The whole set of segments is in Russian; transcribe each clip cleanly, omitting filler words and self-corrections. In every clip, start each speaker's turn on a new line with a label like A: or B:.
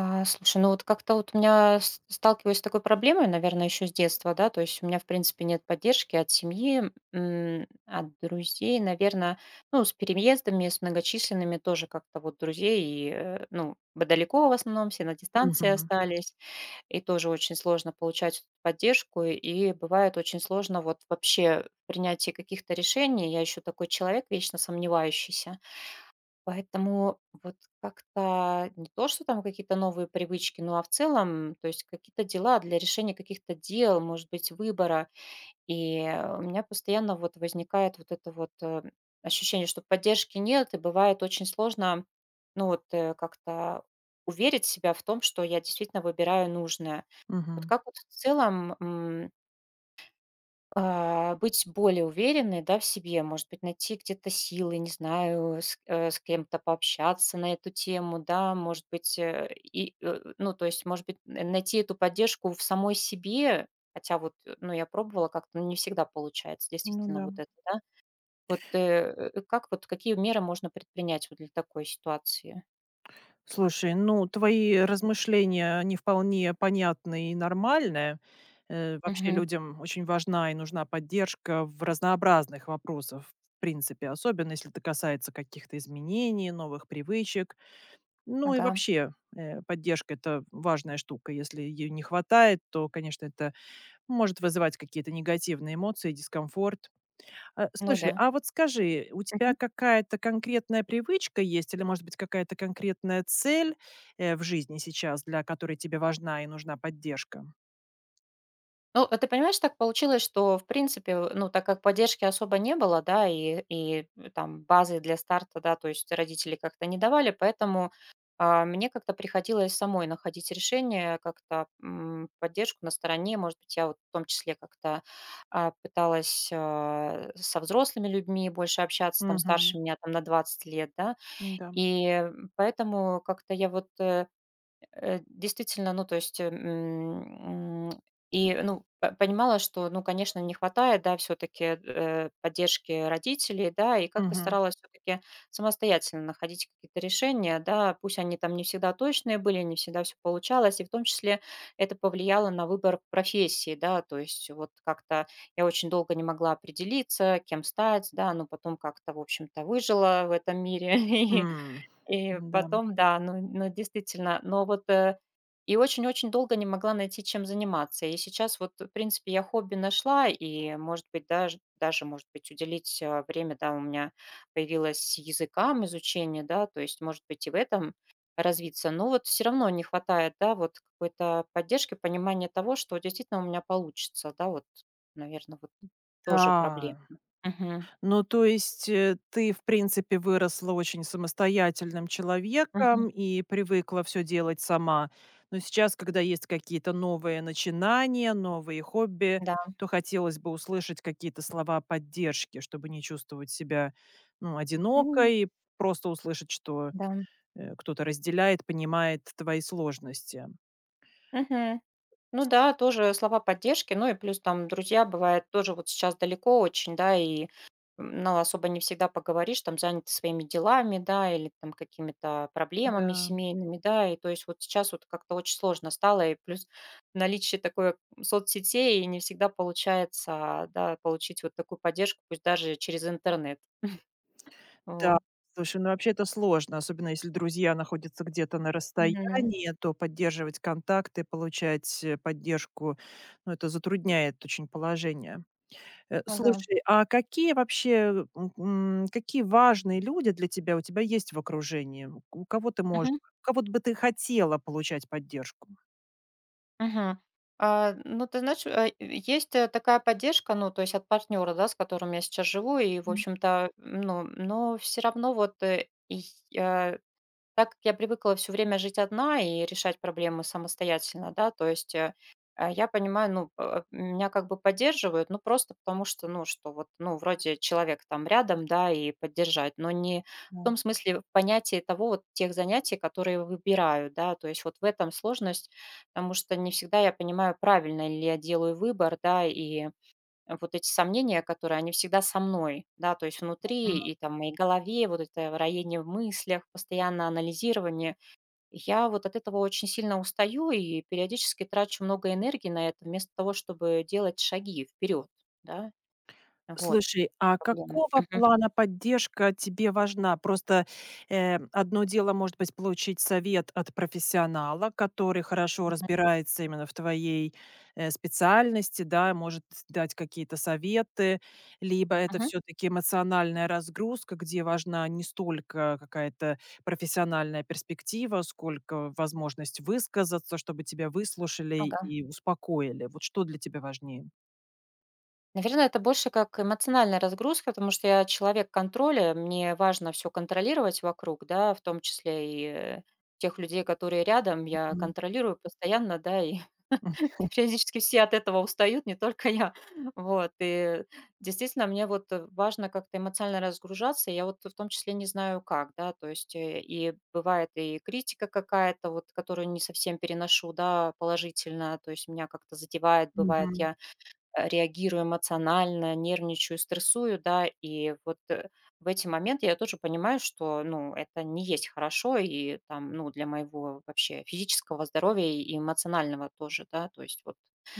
A: А, слушай, ну вот как-то вот у меня с сталкиваюсь с такой проблемой, наверное, еще с детства, да, то есть у меня, в принципе, нет поддержки от семьи, от друзей, наверное, ну, с переездами, с многочисленными тоже как-то вот друзей, и, ну, б далеко в основном, все на дистанции
B: Мгм,
A: остались, и тоже очень сложно получать эту поддержку, и бывает очень сложно вот вообще в принятии каких-то решений. Я еще такой человек, вечно сомневающийся. Поэтому вот как-то не то, что там какие-то новые привычки, ну, а в целом, то есть какие-то дела для решения каких-то дел, может быть, выбора. И у меня постоянно вот возникает вот это вот ощущение, что поддержки нет, и бывает очень сложно, ну, вот как-то уверить себя в том, что я действительно выбираю нужное. Вот
B: мгм.
A: как вот в целом быть более уверенной, да, в себе, может быть, найти где-то силы, не знаю, с кем-то пообщаться на эту тему, да, может быть, и, ну, то есть, может быть, найти эту поддержку в самой себе, хотя вот, ну, я пробовала как-то, но не всегда получается,
B: Ну
A: действительно,
B: да.
A: вот это, да. Вот как вот, какие меры можно предпринять вот для такой ситуации?
B: Слушай, ну твои размышления, они вполне понятны и нормальные. Вообще
A: Мгм.
B: людям очень важна и нужна поддержка в разнообразных вопросах, в принципе, особенно если это касается каких-то изменений, новых привычек. Ну и
A: Ага,
B: вообще поддержка – это важная штука. Если ее не хватает, то, конечно, это может вызывать какие-то негативные эмоции, дискомфорт.
A: ну
B: Слушай,
A: да.
B: а вот скажи, у тебя какая-то конкретная привычка есть или, может быть, какая-то конкретная цель, в жизни сейчас, для которой тебе важна и нужна поддержка?
A: Ну, а ты понимаешь, так получилось, что, в принципе, ну, так как поддержки особо не было, да, и там базы для старта, да, то есть родители как-то не давали, поэтому, мне как-то приходилось самой находить решение, как-то, поддержку на стороне. Может быть, я вот в том числе как-то, пыталась, со взрослыми людьми больше общаться, там, старше
B: Мгм.
A: меня, там, на 20 лет, да.
B: Да.
A: И, поэтому как-то я вот, действительно, ну, то есть, и, ну, п понимала, что, ну, конечно, не хватает, да, все таки поддержки родителей, да, и как-то
B: Мгм.
A: старалась все таки самостоятельно находить какие-то решения, да. Пусть они там не всегда точные были, не всегда все получалось, и в том числе это повлияло на выбор профессии, да. То есть вот как-то я очень долго не могла определиться, кем стать, да, но потом как-то, в общем-то, выжила в этом мире И
B: М-да. Да.
A: потом, да, ну, действительно, но вот, и очень-очень долго не могла найти, чем заниматься. И сейчас вот, в принципе, я хобби нашла, и, может быть, даже, может быть, уделить, время, да, у меня появилось языкам изучение, да, то есть, может быть, и в этом развиться. Но вот все равно не хватает, да, вот какой-то поддержки, понимания того, что действительно у меня получится, да, вот, наверное, вот тоже проблема.
B: Да.
A: Мгм.
B: Ну, то есть, ты, в принципе, выросла очень самостоятельным
A: Мгм.
B: человеком и привыкла все делать сама. Но сейчас, когда есть какие-то новые начинания, новые хобби,
A: Да.
B: то хотелось бы услышать какие-то слова поддержки, чтобы не чувствовать себя, ну,
A: М,
B: одинокой, просто услышать, что,
A: да.
B: кто-то разделяет, понимает твои сложности.
A: Мгм. Ну да, тоже слова поддержки. Ну и плюс там друзья, бывает, тоже вот сейчас далеко очень, да, и ну, особо не всегда поговоришь, там заняты своими делами, да, или там какими-то проблемами
B: Да.
A: семейными, да, и то есть вот сейчас вот как-то очень сложно стало, и плюс наличие такой соцсетей, и не всегда получается, да, получить вот такую поддержку, пусть даже через интернет.
B: Да,
A: Вот.
B: слушай, ну вообще это сложно, особенно если друзья находятся где-то на
A: Мгм.
B: расстоянии, то поддерживать контакты, получать поддержку, ну это затрудняет очень положение.
A: Ага.
B: Слушай, а какие вообще, какие важные люди для тебя у тебя есть в окружении? У кого ты можешь,
A: Мгм.
B: у кого вот бы ты хотела получать поддержку?
A: Мгм. Ну, ты знаешь, есть, такая поддержка, ну, то есть от партнера, да, с которым я сейчас живу, и, в
B: М,
A: общем-то, ну, но все равно вот, так как я привыкла все время жить одна и решать проблемы самостоятельно, да, то есть, я понимаю, ну, меня как бы поддерживают, ну, просто потому что, ну, что вот, ну, вроде человек там рядом, да, и поддержать, но не в
B: да.
A: том смысле в понятии того вот тех занятий, которые выбираю, да, то есть вот в этом сложность, потому что не всегда я понимаю, правильно ли я делаю выбор, да, и вот эти сомнения, которые, они всегда со мной, да, то есть внутри и там в моей голове, вот это роение в мыслях, постоянно анализирование. Я вот от этого очень сильно устаю и периодически трачу много энергии на это, вместо того, чтобы делать шаги вперед, да, вот
B: Слушай, а
A: проблема.
B: какого
A: Мгм.
B: плана поддержка тебе важна? Просто, одно дело, может быть, получить совет от профессионала, который хорошо
A: Мгм.
B: разбирается именно в твоей, специальности, да, может дать какие-то советы. Либо это все таки эмоциональная разгрузка, где важна не столько какая-то профессиональная перспектива, сколько возможность высказаться, чтобы тебя выслушали
A: Ага.
B: и успокоили. Вот что для тебя важнее?
A: Наверное, это больше как эмоциональная разгрузка, потому что я человек контроля, мне важно все контролировать вокруг, да, в том числе и э, тех людей, которые рядом, я
B: Мгм.
A: контролирую постоянно, да, и Физически все от этого устают, не только я. Вот, и действительно мне вот, важно как-то эмоционально разгружаться. Я вот в том числе не знаю как, да, то есть, и бывает и критика какая-то вот, которую не совсем переношу, да, положительно, то есть меня как-то задевает, бывает,
B: Мгм.
A: я, реагирую эмоционально, нервничаю, стрессую, да, и вот, в эти моменты я тоже понимаю, что, ну, это не есть хорошо и там, ну, для моего вообще физического здоровья и эмоционального тоже, да, то есть вот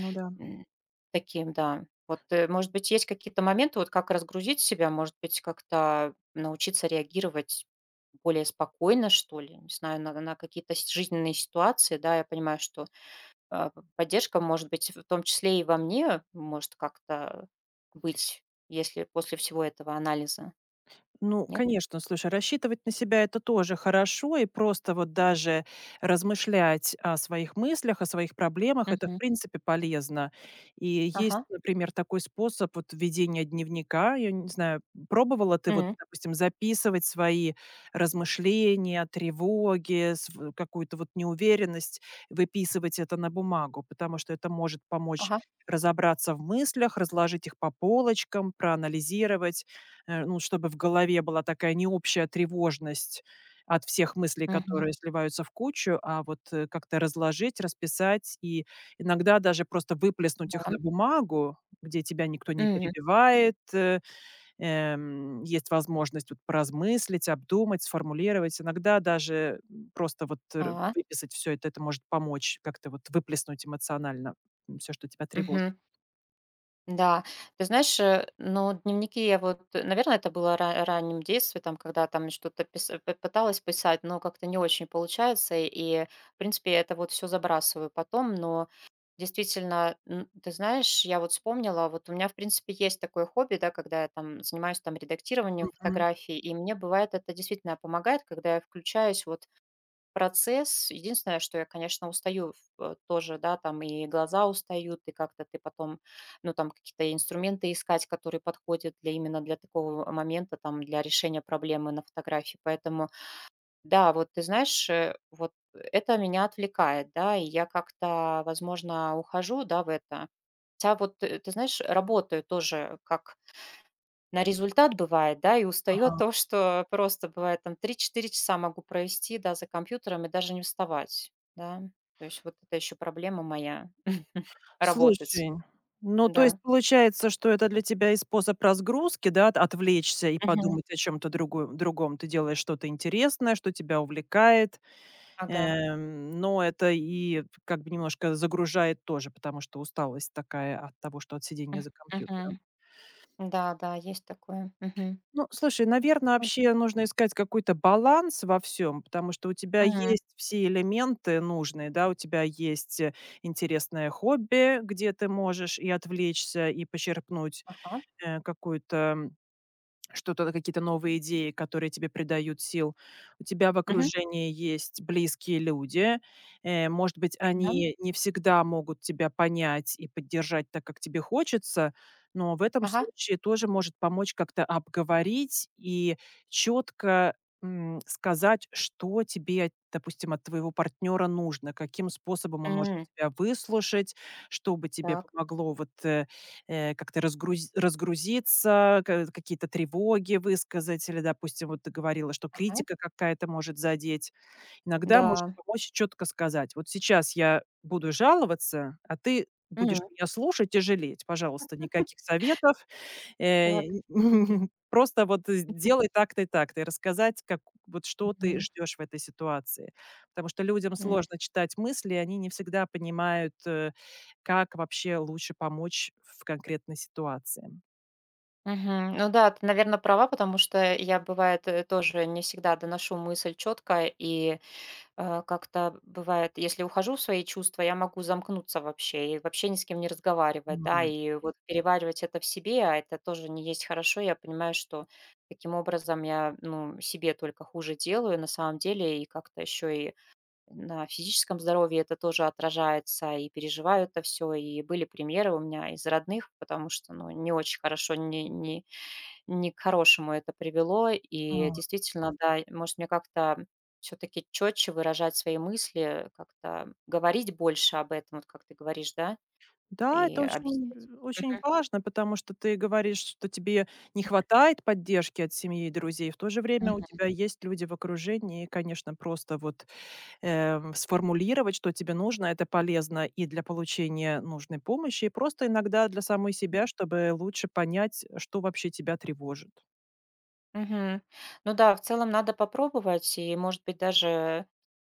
B: Ну да.
A: М, таким, да. Вот, может быть, есть какие-то моменты, вот как разгрузить себя, может быть, как-то научиться реагировать более спокойно, что ли, не знаю, на какие-то жизненные ситуации, да, я понимаю, что поддержка, может быть, в том числе и во мне, может как-то быть, если после всего этого анализа,
B: Ну,
A: нет?
B: конечно, слушай, рассчитывать на себя – это тоже хорошо, и просто вот даже размышлять о своих мыслях, о своих проблемах – это, в
A: Мгм.
B: принципе, полезно. И есть,
A: Ага.
B: например, такой способ вот ведения дневника. Я не знаю, пробовала ты вот,
A: М.
B: допустим, записывать свои размышления, тревоги, св какую-то вот неуверенность, выписывать это на бумагу? Потому что это может помочь
A: Ага.
B: разобраться в мыслях, разложить их по полочкам, проанализировать. Ну, чтобы в голове была такая необщая тревожность от всех мыслей,
A: Мгм.
B: которые сливаются в кучу, а вот, как-то разложить, расписать и иногда даже просто выплеснуть
A: Да.
B: их
A: Да.
B: на бумагу, где тебя никто не
A: М.
B: перебивает, есть возможность вот поразмыслить, обдумать, сформулировать. Иногда даже, просто вот р
A: А.
B: выписать все это может помочь как-то вот выплеснуть эмоционально, все, что тебя тревожит.
A: Мгм. Да, ты знаешь, ну, дневники я вот, наверное, это было раннем детстве, там, когда там что-то пыталась писать, но как-то не очень получается, и, э, в принципе, я это вот все забрасываю потом, но действительно, ты знаешь, я вот вспомнила, вот у меня, в принципе, есть такое хобби, да, когда я там занимаюсь там редактированием
B: Мгм.
A: фотографий, и мне бывает это действительно помогает, когда я включаюсь вот процесс. Единственное, что я, конечно, устаю в тоже, да, там и глаза устают, и как-то ты потом, ну, там какие-то инструменты искать, которые подходят для именно для такого момента, там, для решения проблемы на фотографии. Поэтому, да, вот ты знаешь, вот это меня отвлекает, да, и я как-то, возможно, ухожу, да, в это. Хотя вот, ты знаешь, работаю тоже как на результат бывает, да, и устаёт
B: Ага.
A: то, что просто бывает там 3-4 часа могу провести, да, за компьютером и даже не вставать, да. То есть вот это еще проблема моя- работать.
B: Слушай, ну, то есть
A: Да.
B: получается, что это для тебя и способ разгрузки, да, от отвлечься и
A: Мгм.
B: подумать о чем то другу другом. Ты делаешь что-то интересное, что тебя увлекает,
A: Ага.
B: но это и как бы немножко загружает тоже, потому что усталость такая от того, что от сидения
A: М,
B: за компьютером.
A: мгм. Да, да, есть такое. Мгм.
B: Ну, слушай, наверное,
A: М,
B: вообще нужно искать какой-то баланс во всем, потому что у тебя
A: м.
B: есть все элементы нужные, да. У тебя есть, интересное хобби, где ты можешь и отвлечься, и почерпнуть
A: Ага.
B: какую-то, что-то, какие-то новые идеи, которые тебе придают сил. У тебя в
A: Мгм.
B: окружении есть близкие люди. Может быть,
A: Да.
B: они не всегда могут тебя понять и поддержать так, как тебе хочется, но в этом
A: Ага.
B: случае тоже может помочь как-то обговорить и четко, сказать, что тебе, от- допустим, от твоего партнера нужно, каким способом он может
A: М.
B: тебя выслушать, что бы тебе
A: Так.
B: помогло вот, как-то разгруз разгрузиться, ка какие-то тревоги высказать или, допустим, вот ты говорила, что
A: Ага.
B: критика какая-то может задеть. Иногда может
A: Да.
B: помочь четко сказать: "Вот сейчас я буду жаловаться, а ты будешь
A: М.
B: меня слушать и жалеть. Пожалуйста, никаких советов, Э,
A: Так.
B: просто вот сделай так-то и так-то, и рассказать, как вот что ты
A: Мгм.
B: ждешь в этой ситуации. Потому что людям
A: М.
B: сложно читать мысли, и они не всегда понимают, как вообще лучше помочь в конкретной ситуации.
A: Мгм. Ну да, ты, наверно, права, потому что я, бывает, тоже не всегда доношу мысль четко и как-то бывает, если ухожу в свои чувства, я могу замкнуться вообще и вообще ни с кем не разговаривать, да,
B: М.
A: и вот переваривать это в себе, а это тоже не есть хорошо. Я понимаю, что таким образом я, ну, себе только хуже делаю на самом деле, и как-то еще и на физическом здоровье это тоже отражается, и переживаю это все, и были примеры у меня из родных, потому что, ну, не очень хорошо, не, не к хорошему это привело. И
B: М.
A: действительно, да, может, мне как-то все-таки четче выражать свои мысли, как-то говорить больше об этом, вот как ты говоришь, да,
B: Да, это
A: и
B: очень
A: объяснять.
B: очень важно, потому что ты говоришь, что тебе не хватает поддержки от семьи и друзей. В то же время у
A: Мгм.
B: тебя есть люди в окружении, и, конечно, просто вот сформулировать, что тебе нужно. Это полезно и для получения нужной помощи, и просто иногда для самой себя, чтобы лучше понять, что вообще тебя тревожит.
A: Мгм. Ну да, в целом надо попробовать, и, может быть, даже,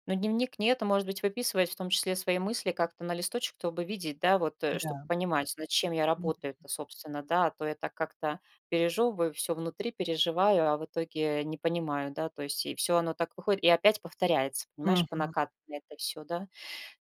A: ну, дневник нет, а может быть, выписывать в том числе свои мысли как-то на листочек, чтобы видеть, да, вот,
B: Да.
A: чтобы понимать, над чем я
B: Мгм.
A: работаю-то, собственно, да, а то я так как-то пережевываю, все внутри переживаю, а в итоге не понимаю, да, то есть и все оно так выходит, и опять повторяется, понимаешь, по
B: Мгм.
A: накатанной это все, да.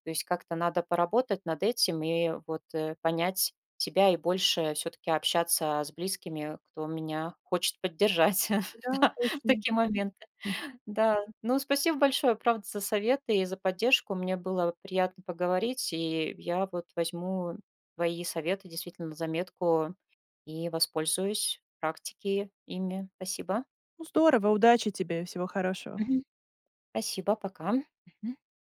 A: То есть как-то надо поработать над этим и вот понять себя и больше все-таки общаться с близкими, кто меня хочет поддержать
B: Да,
A: да, в
B: точно.
A: такие моменты.
B: Мгм.
A: Да, ну спасибо большое, правда, за советы и за поддержку. Мне было приятно поговорить, и я вот возьму твои советы действительно на заметку и воспользуюсь практике ими. Спасибо.
B: Ну, здорово, удачи тебе, всего хорошего.
A: Мгм. Спасибо, пока. Мгм.